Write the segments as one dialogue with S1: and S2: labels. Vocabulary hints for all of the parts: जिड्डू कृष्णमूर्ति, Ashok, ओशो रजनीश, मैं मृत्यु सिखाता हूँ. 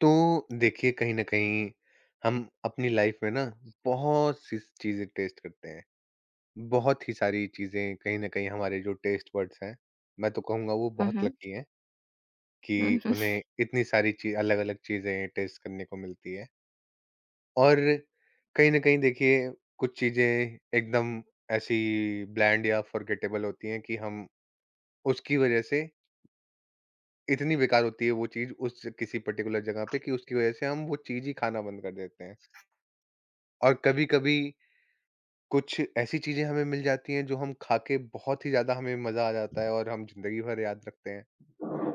S1: तो देखिए कहीं न कहीं हम अपनी लाइफ में ना बहुत सी चीज़ें टेस्ट करते हैं। बहुत ही सारी चीज़ें कहीं न कहीं हमारे जो टेस्ट बड्स हैं, मैं तो कहूँगा वो बहुत
S2: हुँ,
S1: लकी हैं कि
S2: हुँ, हुँ।
S1: उन्हें इतनी सारी ची अलग-अलग चीज़ें टेस्ट करने को मिलती हैं। और कहीं न कहीं देखिए कुछ चीज़ें एकदम ऐसी ब्लैंड या फ़ॉरगेटेबल होती हैं कि हम उसकी वज़ह से इतनी बेकार होती है वो चीज़ उस किसी पर्टिकुलर जगह पे कि उसकी वज़ह से हम वो चीज़ ही खाना बंद कर देते हैं। और कभी-कभी कुछ ऐसी चीज़ें हमें मिल जाती हैं जो हम खा के बहुत ही ज़्यादा हमें मज़ा आ जाता है और हम ज़िंदगी भर याद रखते हैं।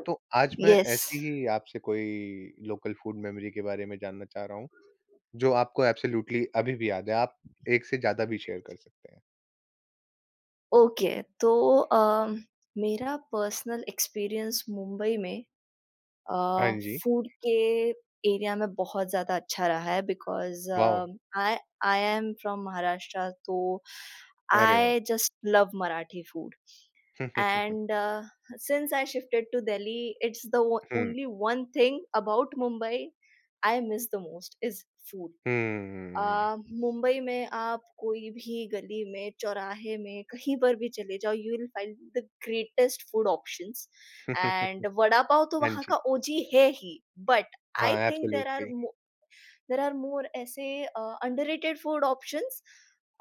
S1: तो आज मैं
S2: यस,
S1: ऐसी ही आपसे कोई लोकल फूड मेमोरी के बारे में जानना चाह रहा हूँ, जो आपको एब्सोल्यूटली अभी भी याद है। आप एक से ज़्यादा भी शेयर कर सकते हैं।
S2: ओके तो अ, मेरा पर्सनल एक्सपीरियंस मुंबई में अ,
S1: हाँ जी।
S2: फूड के एरिया में बहुत ज़्यादा अच्छा रहा है because
S1: wow!
S2: I I am from Maharashtra तो
S1: अरे वाह!
S2: I just love Marathi food and since I shifted to Delhi it's the oh
S1: hmm,
S2: only one thing about Mumbai I miss the most is food.
S1: Hmm.
S2: अ, मुंबई में आप कोई भी गली में, चौराहे में, कहीं पर भी चले जाओ, you will find the greatest food options and vada pav तो
S1: हाँ
S2: वहाँ
S1: जी।
S2: का ओजी है ही, बट आई
S1: हाँ,
S2: think
S1: absolutely.
S2: There are more ऐसे अंडररेटेड फूड ऑप्शंस।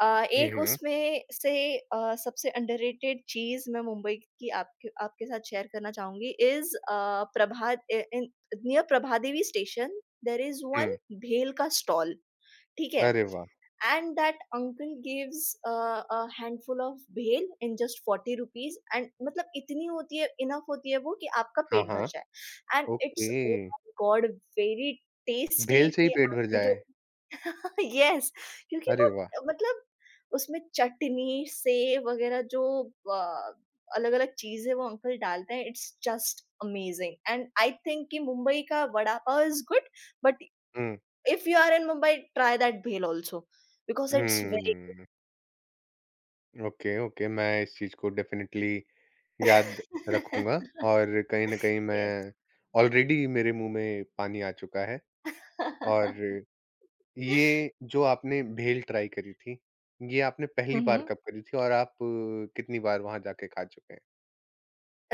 S2: अ,
S1: हुँ,
S2: एक
S1: हुँ,
S2: उसमें से सबसे अंडररेटेड चीज़ मैं मुंबई की आपके आपके साथ शेयर करना चाहूँगी is Prabha a in near Prabhadevi station there is one
S1: hmm.
S2: Bhel का स्टॉल, ठीक है?
S1: अरे वाह!
S2: And that uncle gives a handful of भेल in just 40 rupees and मतलब इतनी होती है इनफ होती है वो कि आपका
S1: हाँ,
S2: पेट भर
S1: हाँ।
S2: जाए। And it's, oh
S1: okay.
S2: my god, very tasty
S1: भेल से ही
S2: कि
S1: पेट भर
S2: आपके जो
S1: जाए।
S2: yes, क्योंकि
S1: अरे
S2: वो
S1: वाह!
S2: मतलब उसमें चटनी सेव वगैरह जो अलग अलग चीजें वो अंकल डालते हैं, it's just amazing and I think कि मुंबई का vada pav is good but,
S1: hmm.
S2: if you are in Mumbai, try that bhel also because it's very good.
S1: Hmm, okay, okay, मैं इस चीज़ को डेफ़िनेटली याद रखूँगा। और कहीं न कहीं
S2: Yes.
S1: मैं ऑलरेडी मेरे मुँह में पानी आ चुका है। और ये जो आपने भेल ट्राई करी थी, ये आपने
S2: हुँ,
S1: पहली बार
S2: हुँ।
S1: कब करी थी और आप कितनी बार वहाँ जाके खा चुके हैं?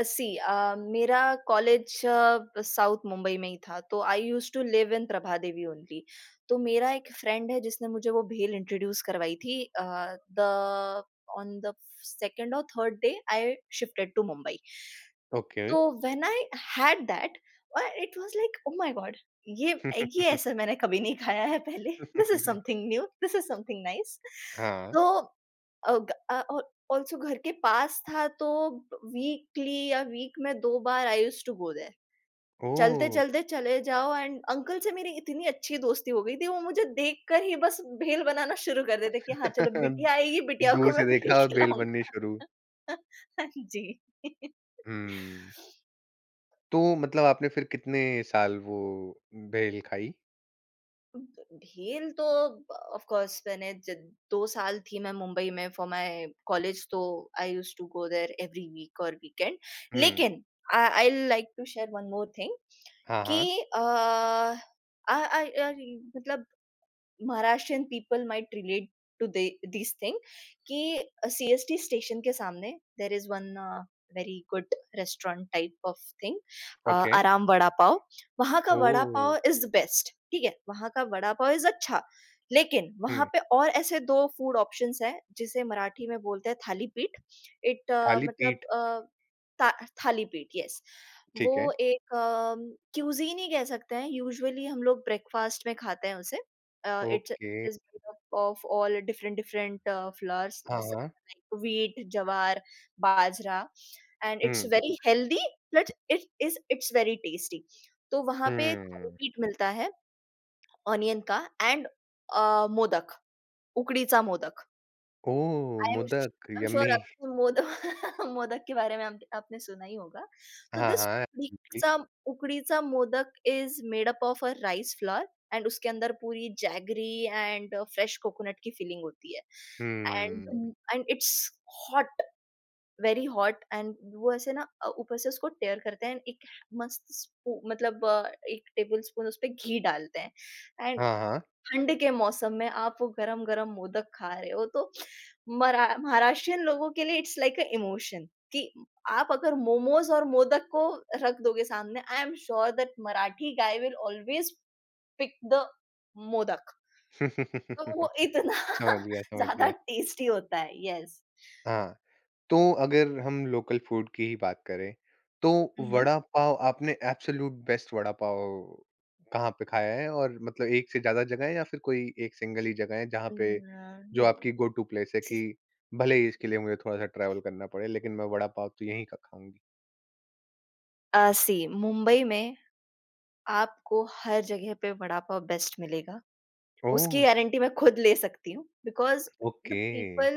S2: सी, मेरा कॉलेज साउथ मुंबई में ही था, तो I used to live in Prabhadevi only. तो मेरा एक फ्रेंड है जिसने मुझे वो भेल इंट्रोड्यूस करवाई थी। अ, द ऑन द 2nd और 3rd day I shifted to Mumbai.
S1: Okay.
S2: तो व्हेन आई हैड दैट और it was like, oh my god! ये ये ऐसा मैंने कभी नहीं खाया है पहले, this is something new, this is something nice.
S1: हाँ,
S2: तो और ऑल्सो घर के पास था, तो वीकली या वीक में 2 बार I used to go there.
S1: Oh!
S2: चलते-चलते चले जाओ एंड अंकल से मेरी इतनी अच्छी दोस्ती हो गई थी, वो मुझे देखकर ही बस भेल बनाना शुरू कर देते कि हाँ, चलो बिटिया आएगी, बिटिया को
S1: दूर से
S2: मैं भेल
S1: देखा और भेल बननी
S2: खिलाऊँगा।
S1: शुरू।
S2: हाँ जी।
S1: हुँ, तो मतलब आपने फिर कितने साल वो भेल खाई?
S2: भ भीड़ तो ऑफ़ कोर्स मैंने ज 2 साल थी मैं मुंबई में फॉर माय कॉलेज, तो I used to go there every week और वीकेंड।
S1: हुँ,
S2: लेकिन I I like to share one more thing
S1: हाँ,
S2: कि
S1: हाँ।
S2: अ, आ आई आई मतलब Maharashtrian people might relate to this thing कि सीएसटी स्टेशन के सामने there is one very good restaurant type of thing,
S1: okay.
S2: Aaram vada pav. वहां का vada
S1: oh!
S2: Pav is the best, ठीक है? वहां का वड़ा पाव इज अच्छा, लेकिन वहां
S1: हुँ,
S2: पे और ऐसे दो फूड ऑप्शंस हैं जिसे मराठी में बोलते हैं, थाली पीठ। इट
S1: खाली
S2: मतलब
S1: पीठ,
S2: uh, था, थाली पीठ, यस। वो
S1: ठीक है।
S2: एक क्यूजीन ही कह सकते हैं, यूजुअली हम लोग ब्रेकफास्ट में खाते हैं उसे। It's
S1: okay,
S2: it is made up of all different different flours,
S1: हाँ, हाँ।
S2: like wheat, jawar, bajra, and it's
S1: hmm,
S2: very healthy. Plus, it's very tasty. तो वहाँ पे थाली
S1: हुँ।
S2: पीठ मिलता है ऑनियन का and modak, ukadicha modak.
S1: Oh!
S2: I am sh
S1: modak,
S2: I am sure
S1: yummy.
S2: आपने मोदक मोदक के बारे में आप आपने सुना ही होगा। तो
S1: हाँ,
S2: दिस
S1: हाँ, absolutely.
S2: Ukadicha ukadicha modak is made up of a rice flour and उसके अंदर पूरी जैगरी एंड फ्रेश कोकोनट की फिलिंग होती है।
S1: हुँ,
S2: and and it's hot, very hot, and वो ऐसे ना ऊपर से उसको टेयर करते हैं एंड एक मस्त स्पू मतलब अ, 1 टेबल स्पून उसपे घी डालते हैं। एंड
S1: हाँ, हाँ।
S2: ठंड के मौसम में आप वो गरम-गरम मोदक खा रहे हो तो मरा महाराष्ट्रियन लोगों के लिए इट्स लाइक अ इमोशन कि आप अगर मोमोज़ और मोदक को रख दोगे सामने, I am sure that Marathi guy will always pick the modak. तो वो इतना
S1: समझ गया, समझ
S2: ज़्यादा
S1: गया।
S2: टेस्टी होता है। येस।
S1: हाँ। तो अगर हम लोकल फूड की ही बात करें, तो
S2: हुँ, हुँ।
S1: वड़ा पाव आपने एब्सोल्यूट बेस्ट वड़ा पाव कहाँ पे खाया है? और मतलब एक से ज़्यादा जगह है या फिर कोई एक सिंगल ही जगह है जहाँ
S2: अ,
S1: पे जो
S2: नो
S1: आपकी गो टू प्लेस है
S2: सी
S1: कि भले ही इसके लिए मुझे थोड़ा-सा ट्रैवल करना पड़े लेकिन मैं वड़ा पाव तो यहीं का खाऊँगी?
S2: सी, मुंबई में आपको हर जगह पे वड़ा पाव बेस्ट मिलेगा। उसकी
S1: ओह!
S2: गारंटी मैं खुद ले सकती हूँ बिकॉज़ द
S1: ओके।
S2: पीपल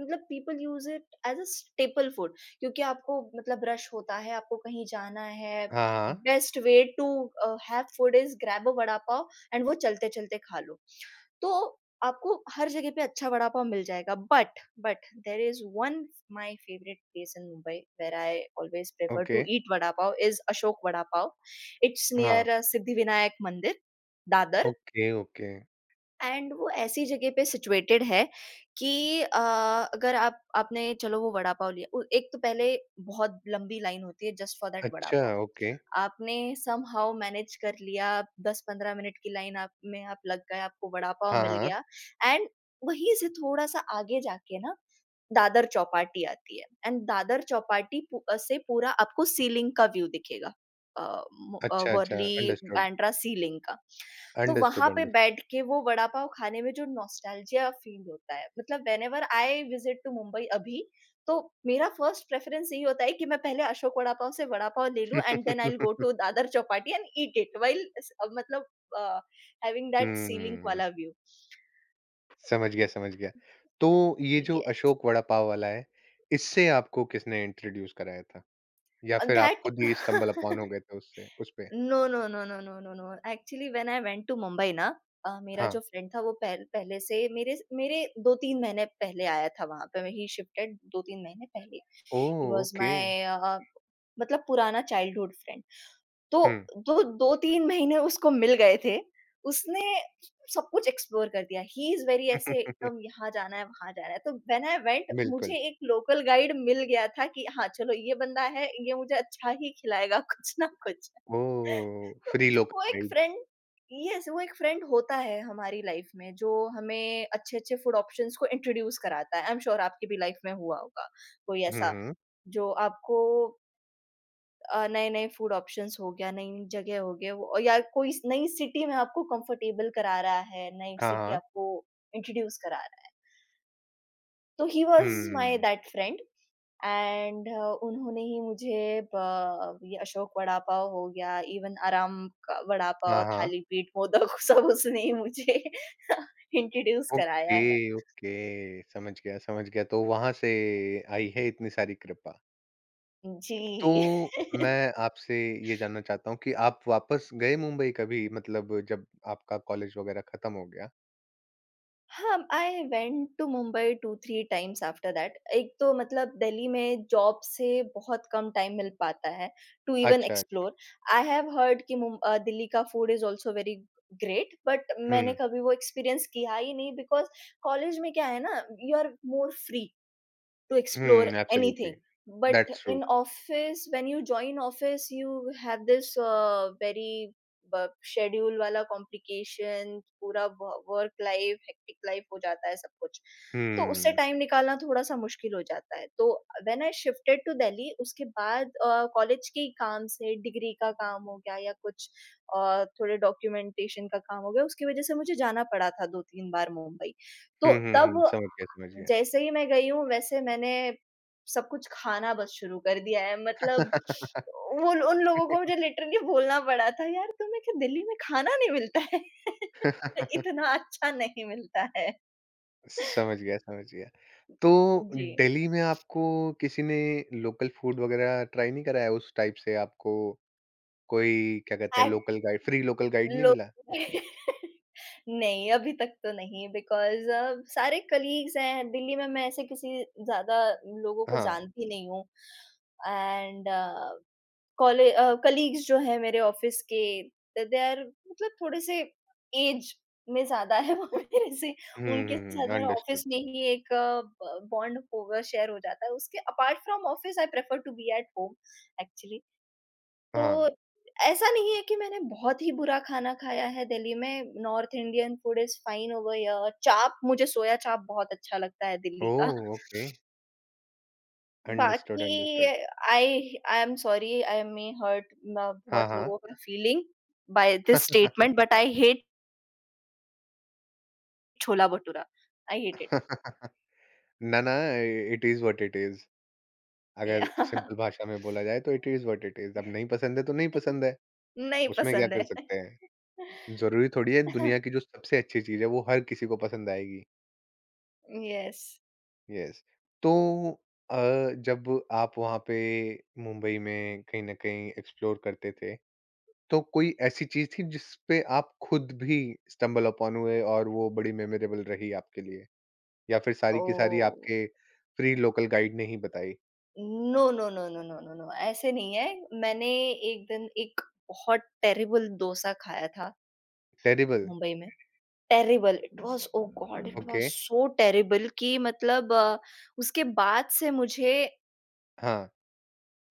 S2: मतलब people use it as a staple food, क्योंकि आपको मतलब रश होता है, आपको कहीं जाना है,
S1: हाँ, हाँ।
S2: Best way to have food is grab a vada pav and वो चलते-चलते खा लो। तो आपको हर जगह पे अच्छा वड़ा पाव मिल जाएगा, but there is one, my favourite place in Mumbai where I always prefer
S1: okay.
S2: To eat vada pav, is Ashok vada pav. It's
S1: हाँ।
S2: Near Siddhivinayak Mandir, Dadar,
S1: okay, okay.
S2: And वो ऐसी जगह पे सिचुएटेड है कि अगर आप आपने चलो वो वड़ा-पाव लिया, उ एक तो पहले बहुत लंबी लाइन होती है जस्ट फॉर दैट
S1: अच्छा,
S2: वड़ा-पाव।
S1: ओके।
S2: आपने समहाउ मैनेज कर लिया, 10-15 मिनट की लाइन आप लग गए, आपको वड़ा-पाव
S1: हाँ,
S2: मिल
S1: हाँ।
S2: गया। एंड वहीं से थोड़ा-सा आगे जाके ना दादर चौपाटी आती है एंड दादर चौपाटी से पूरा आपको सीलिंग का व्यू दिखेगा। अ,
S1: अच्छा, अच्छा।
S2: वर्ली,
S1: अंडरस्टूड,
S2: बांद्रा सीलिंग का। तो वहाँ
S1: अंडरस्टूड,
S2: पे
S1: अंडरस्टूड।
S2: बैठ के वो वड़ा पाव खाने में जो नॉस्टैल्जिया फ़ील होता है, मतलब whenever I visit to Mumbai अभी, तो मेरा फर्स्ट प्रेफ़रेंस यही होता है कि मैं पहले अशोक वड़ा पाव से वड़ा पाव ले लूँ and then I will go to Dadar Chowpatty and eat it while स मतलब uh, having that ceiling
S1: hmm.
S2: वाला व्यू।
S1: समझ गया, समझ गया। तो ये जो
S2: येस,
S1: अशोक वड़ा पाव वाला है, इससे आपको किसने इंट्रोड्यूस कराया था? या फिर आप खुद
S2: दैट
S1: ही स्टम्बल अपॉन हो गए थे उससे उसपे?
S2: No, no, no, no, no, no, no. Actually when I went to Mumbai ना, मेरा जो
S1: हाँ।
S2: फ्रेंड था वो पह पहले से मेरे मेरे 2-3 महीने पहले आया था वहाँ पे। ही शिफ्टेड 2-3 महीने पहले।
S1: Oh!
S2: He was
S1: okay.
S2: My मतलब पुराना चाइल्डहुड फ्रेंड। तो
S1: हुँ।
S2: दो 2-3 महीने उसको मिल गए थे। उसने सब कुछ एक्सप्लोर कर दिया। ही इज़ वेरी ऐसे एकदम, यहाँ जाना है, वहाँ जाना है। तो व्हेन आई वेंट
S1: बिल्कुल।
S2: मुझे एक लोकल गाइड मिल गया था कि हाँ, चलो ये बंदा है, ये मुझे अच्छा ही खिलाएगा कुछ ना कुछ।
S1: ओह!
S2: तो
S1: फ्री लोकल
S2: वो एक
S1: गाइड।
S2: फ्रेंड, यस, वो एक फ्रेंड होता है हमारी लाइफ़ में जो हमें अच्छे-अच्छे फूड ऑप्शंस को इंट्रोड्यूस कराता है। आई एम श्योर आपकी भी लाइफ़ में हुआ होगा कोई
S1: हुँ,
S2: ऐसा
S1: हुँ।
S2: जो आपको नए-नए फूड ऑप्शंस हो गया, नई-नई जगह हो गए वो या कोई स नई सिटी में आपको कंफर्टेबल करा रहा है, नई
S1: हाँ,
S2: सिटी
S1: हाँ।
S2: आपको इंट्रोड्यूस करा रहा है। तो he was my
S1: hmm.
S2: That friend, and उन्होंने ही मुझे ब ये अशोक वड़ा पाव हो गया, इवन आराम का वड़ा पाव,
S1: हाँ, हाँ।
S2: थालीपीठ, मोदक सब उसने ही मुझे इंट्रोड्यूस कराया है।
S1: Okay, okay. समझ गया, समझ गया। तो वहाँ से आई है इतनी सारी कृपा।
S2: जी।
S1: तो मैं आपसे ये जानना चाहता हूँ कि आप वापस गए मुंबई कभी? मतलब जब आपका कॉलेज वगैरह खत्म हो गया?
S2: हाँ, I went to Mumbai 2-3 times after that. एक तो मतलब दिल्ली में जॉब से बहुत कम टाइम मिल पाता है टू इवन
S1: अच्छा, अच्छा।
S2: एक्सप्लोर। आई हैव हर्ड कि दिल्ली का food is also very great, but मैंने
S1: हुँ,
S2: कभी वो एक्सपीरियंस किया ही नहीं बिकॉज़ कॉलेज में क्या है ना, you are more free to explore
S1: hmm, absolutely.
S2: anything, but
S1: that's true.
S2: in office when you join office you have this very schedule वाला complication पूरा, वर्क लाइफ हेक्टिक लाइफ हो जाता है सब कुछ। तो उससे
S1: हुँ।
S2: टाइम निकालना थोड़ा सा मुश्किल हो जाता है। तो when I shifted to Delhi उसके बाद कॉलेज के ही काम से डिग्री का काम हो गया या कुछ थोड़े डॉक्यूमेंटेशन का काम हो गया, उसकी वजह से मुझे जाना पड़ा था दो तीन बार मुंबई। तो
S1: हुँ, हुँ,
S2: तब
S1: हुँ। समझ गया, समझ गया।
S2: जैसे ही मैं गई हूँ, वैसे मैंने सब कुछ खाना बस शुरू कर दिया है, मतलब वो उन लोगों को मुझे लिटरली बोलना पड़ा था, "यार तुम्हें क्या दिल्ली में खाना नहीं मिलता है? इतना अच्छा नहीं मिलता है।"
S1: समझ गया, समझ गया। तो
S2: जी।
S1: दिल्ली में आपको किसी ने लोकल फूड वगैरह ट्राई नहीं कराया? उस टाइप से आपको कोई क्या कहते हैं
S2: and
S1: local guide free local guide नहीं
S2: लोग
S1: मिला?
S2: नहीं, अभी तक तो नहीं, बिकॉज़ सारे कलीग्स हैं, दिल्ली में मैं ऐसे किसी ज़्यादा लोगों को
S1: हाँ।
S2: जानती नहीं हूँ। एंड कलीग्स जो हैं मेरे ऑफिस के, द दे आर मतलब थोड़े-से ऐज में ज़्यादा है वो मेरे से।
S1: हुँ,
S2: उनके
S1: हुँ,
S2: साथ
S1: हुँ।
S2: मेरा
S1: अंडरस्टूड।
S2: ऑफिस में ही एक ब बॉन्ड होगा शेयर हो जाता है। उसके apart from office I prefer to be at home actually. तो
S1: हाँ।
S2: ऐसा नहीं है कि मैंने बहुत ही बुरा खाना खाया है दिल्ली में, North Indian food is fine over here. Chaap, मुझे सोया चाप बहुत अच्छा लगता है दिल्ली का।
S1: ओह! ओके। अंडरस्टूड,
S2: बाकी,
S1: understood.
S2: I I am sorry, I may hurt म
S1: हाँ,
S2: बहुत
S1: हाँ।
S2: लोगों का feeling by this statement, but I hate chhola bhatura, I hate it.
S1: ना, ना, it is what it is. अगर
S2: या।
S1: सिंपल भाषा में बोला जाए तो it is what it is. अब नहीं पसंद है तो नहीं पसंद है,
S2: नहीं
S1: उसमें क्या
S2: पसंद
S1: कर
S2: है।
S1: सकते हैं। ज़रूरी थोड़ी है दुनिया की जो सबसे अच्छी चीज़ है वो हर किसी को पसंद आएगी।
S2: यस।
S1: यस। तो अ, जब आप वहाँ पे मुंबई में कहीं न कहीं एक्सप्लोर करते थे, तो कोई ऐसी चीज़ थी जिस पे आप खुद भी स्टम्बल अपॉन हुए और वो बड़ी मेमोरेबल रही आपके लिए? या फिर सारी की सारी
S2: ओह!
S1: आपके फ्री लोकल गाइड ने ही बताई?
S2: No, no, no, no, no, no, no, ऐसे नहीं है। मैंने एक दिन एक बहुत टेरिबल डोसा खाया था
S1: टेरिबल!
S2: मुंबई में। Terrible, it was, oh god! It hmm. Was
S1: okay,
S2: so terrible कि मतलब उसके बाद से मुझे
S1: हाँ,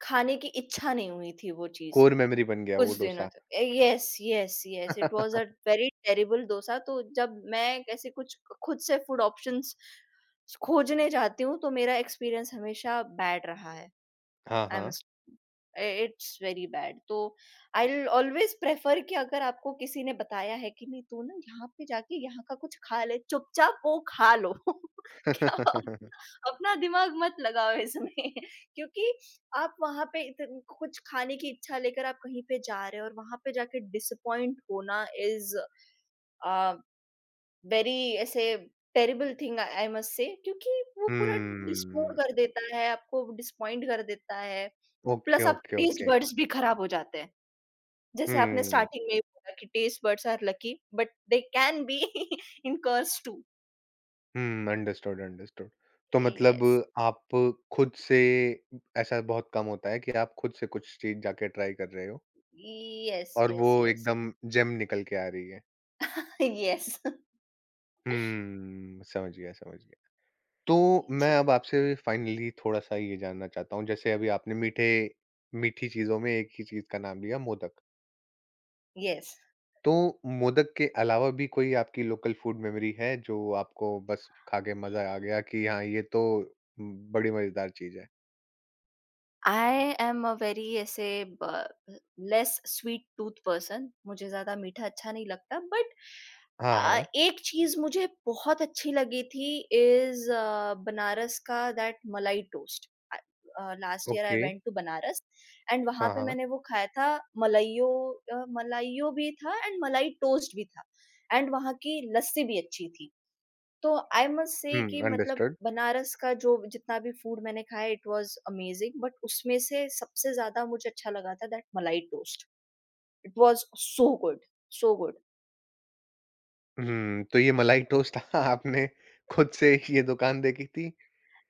S2: खाने की इच्छा नहीं हुई थी वो चीज़,
S1: कोर मेमोरी बन गया वो
S2: कुछ दिनों
S1: डोसा।
S2: तक। Yes, yes, yes, it was a very terrible dosa. तो जब मैं ऐसे कुछ खुद से फूड ऑप्शंस खोजने जाती हूँ, तो मेरा एक्सपीरियंस हमेशा बैड रहा है।
S1: हाँ,
S2: आई
S1: हाँ।
S2: Must it's very bad. तो आई विल ऑलवेज प्रेफर कि अगर आपको किसी ने बताया है कि नहीं तू ना यहाँ पे जाके यहाँ का कुछ खा ले, चुपचाप वो खा लो। क्या अपना अपना दिमाग मत लगाओ इसमें। क्योंकि आप वहां पे कुछ खाने की इच्छा लेकर आप कहीं पे जा रहे हो और वहां पे जाके डिसअपॉइंट होना इज वेरी ऐसे terrible thing, I must say, क्योंकि वो पूरा डिसमोड
S1: हम्म,
S2: कर देता है, आपको डिसअपॉइंट कर देता है।
S1: ओके,
S2: प्लस आपके
S1: ओके,
S2: टेस्ट
S1: ओके।
S2: बड्स भी खराब हो जाते हैं। जैसे आपने
S1: हुँ,
S2: स्टार्टिंग में ही बोला कि taste buds are lucky, but they can be in curse too.
S1: Hmm, understood, understood. तो मतलब
S2: यस,
S1: आप खुद से ऐसा बहुत कम होता है कि आप खुद से कुछ चीज़ जाके ट्राई कर रहे हो और वो
S2: यस।
S1: एकदम जेम निकल के आ रही है।
S2: यस।
S1: हुँ, समझ गया, समझ गया। तो मैं
S2: जी,
S1: अब आपसे फाइनली थोड़ा-सा ये जानना चाहता हूँ, जैसे अभी आपने मीठे मीठी चीज़ों में एक ही चीज़ का नाम लिया मोदक।
S2: यस।
S1: तो मोदक के अलावा भी कोई आपकी लोकल फूड मेमोरी है जो आपको बस खा के मज़ा आ गया कि हाँ, ये तो बड़ी मज़ेदार चीज़ है?
S2: आई एम अ वेरी ऐसे लेस स्वीट टूथ पर्सन, मुझे ज्यादा मीठा अच्छा नहीं लगता, बट
S1: हाँ, हाँ।
S2: एक चीज मुझे बहुत अच्छी लगी थी, इज बनारस का that malai toast. Last year I
S1: okay.
S2: Went to Banaras and वहां
S1: हाँ,
S2: पे
S1: हाँ।
S2: मैंने वो खाया था, मलाइयो, मलाइयो भी था एंड मलाई टोस्ट भी था, एंड वहां की लस्सी भी अच्छी थी। तो आई मस्ट से
S1: हुँ,
S2: कि मतलब
S1: अंडरस्टूड।
S2: बनारस का जो जितना भी फूड मैंने खाया इट वाज़ अमेज़िंग, बट उसमें से सबसे ज़्यादा मुझे अच्छा लगा था that malai toast. It was so good, so good.
S1: Hmm, तो ये मलाई टोस्ट आपने खुद से ये दुकान देखी थी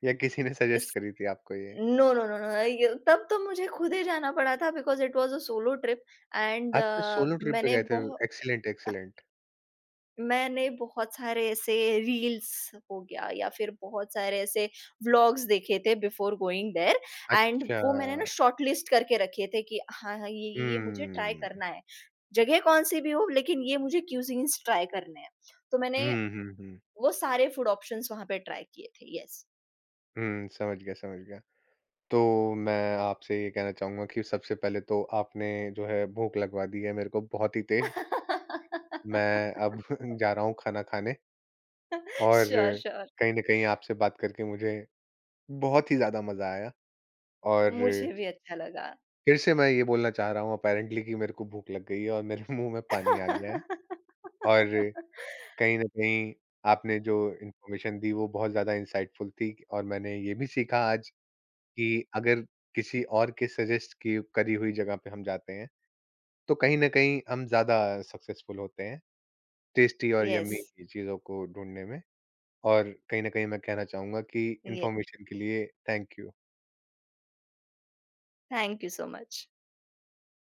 S1: या किसी ने
S2: इस
S1: सजेस्ट करी थी आपको ये?
S2: नो, नो, नो, नो, ये तब तो मुझे खुद ही जाना पड़ा था because it was a solo trip. And
S1: अच्छा, सोलो ट्रिप पे
S2: मैंने
S1: गए थे।
S2: बहु
S1: एक्सीलेंट, एक्सीलेंट।
S2: मैंने बहुत सारे ऐसे रील्स हो गया या फिर बहुत सारे ऐसे व्लॉग्स देखे थे बिफोर गोइंग देयर, एंड
S1: अच्छा।
S2: वो मैंने ना शॉर्ट लिस्ट करके रखे थे कि हाँ हाँ ये ये मुझे ट्राई
S1: हुँ।
S2: करना है, जगह कौन सी भी हो, लेकिन ये मुझे क्यूजीन्स ट्राई करने हैं। तो मैंने
S1: हुँ, हुँ, हुँ।
S2: वो सारे फूड ऑप्शंस वहां पे ट्राई किए थे, यस।
S1: हुँ, समझ गया, समझ गया। तो मैं आपसे ये कहना चाहूँगा कि सबसे पहले तो आपने जो है भूख लगवा दी है मेरे को बहुत ही तेज़। मैं अब जा रहा हूँ खाना खाने और
S2: श्योर श्योर,
S1: कहीं न कहीं आपसे बात करके मुझे बहुत ही ज़्यादा मज़ा आया और
S2: मुझे भी अच्छा लगा।
S1: फिर से मैं ये बोलना चाह रहा हूँ अपैरेंटली कि मेरे को भूख लग गई है और मेरे मुँह में पानी आ गया है और कहीं न कहीं आपने जो इन्फॉर्मेशन दी वो बहुत ज़्यादा इनसाइटफुल थी और मैंने ये भी सीखा आज कि अगर किसी और के सजेस्ट की करी हुई जगह पे हम जाते हैं, तो कहीं न कहीं हम ज़्यादा सक्सेसफुल होते हैं, टेस्टी और
S2: यस।
S1: यम्मी चीज़ों को ढूँढने में। और कहीं न कहीं मैं कहना चाहूँगा कि
S2: यस,
S1: इन्फॉर्मेशन के लिए thank you.
S2: Thank you so much.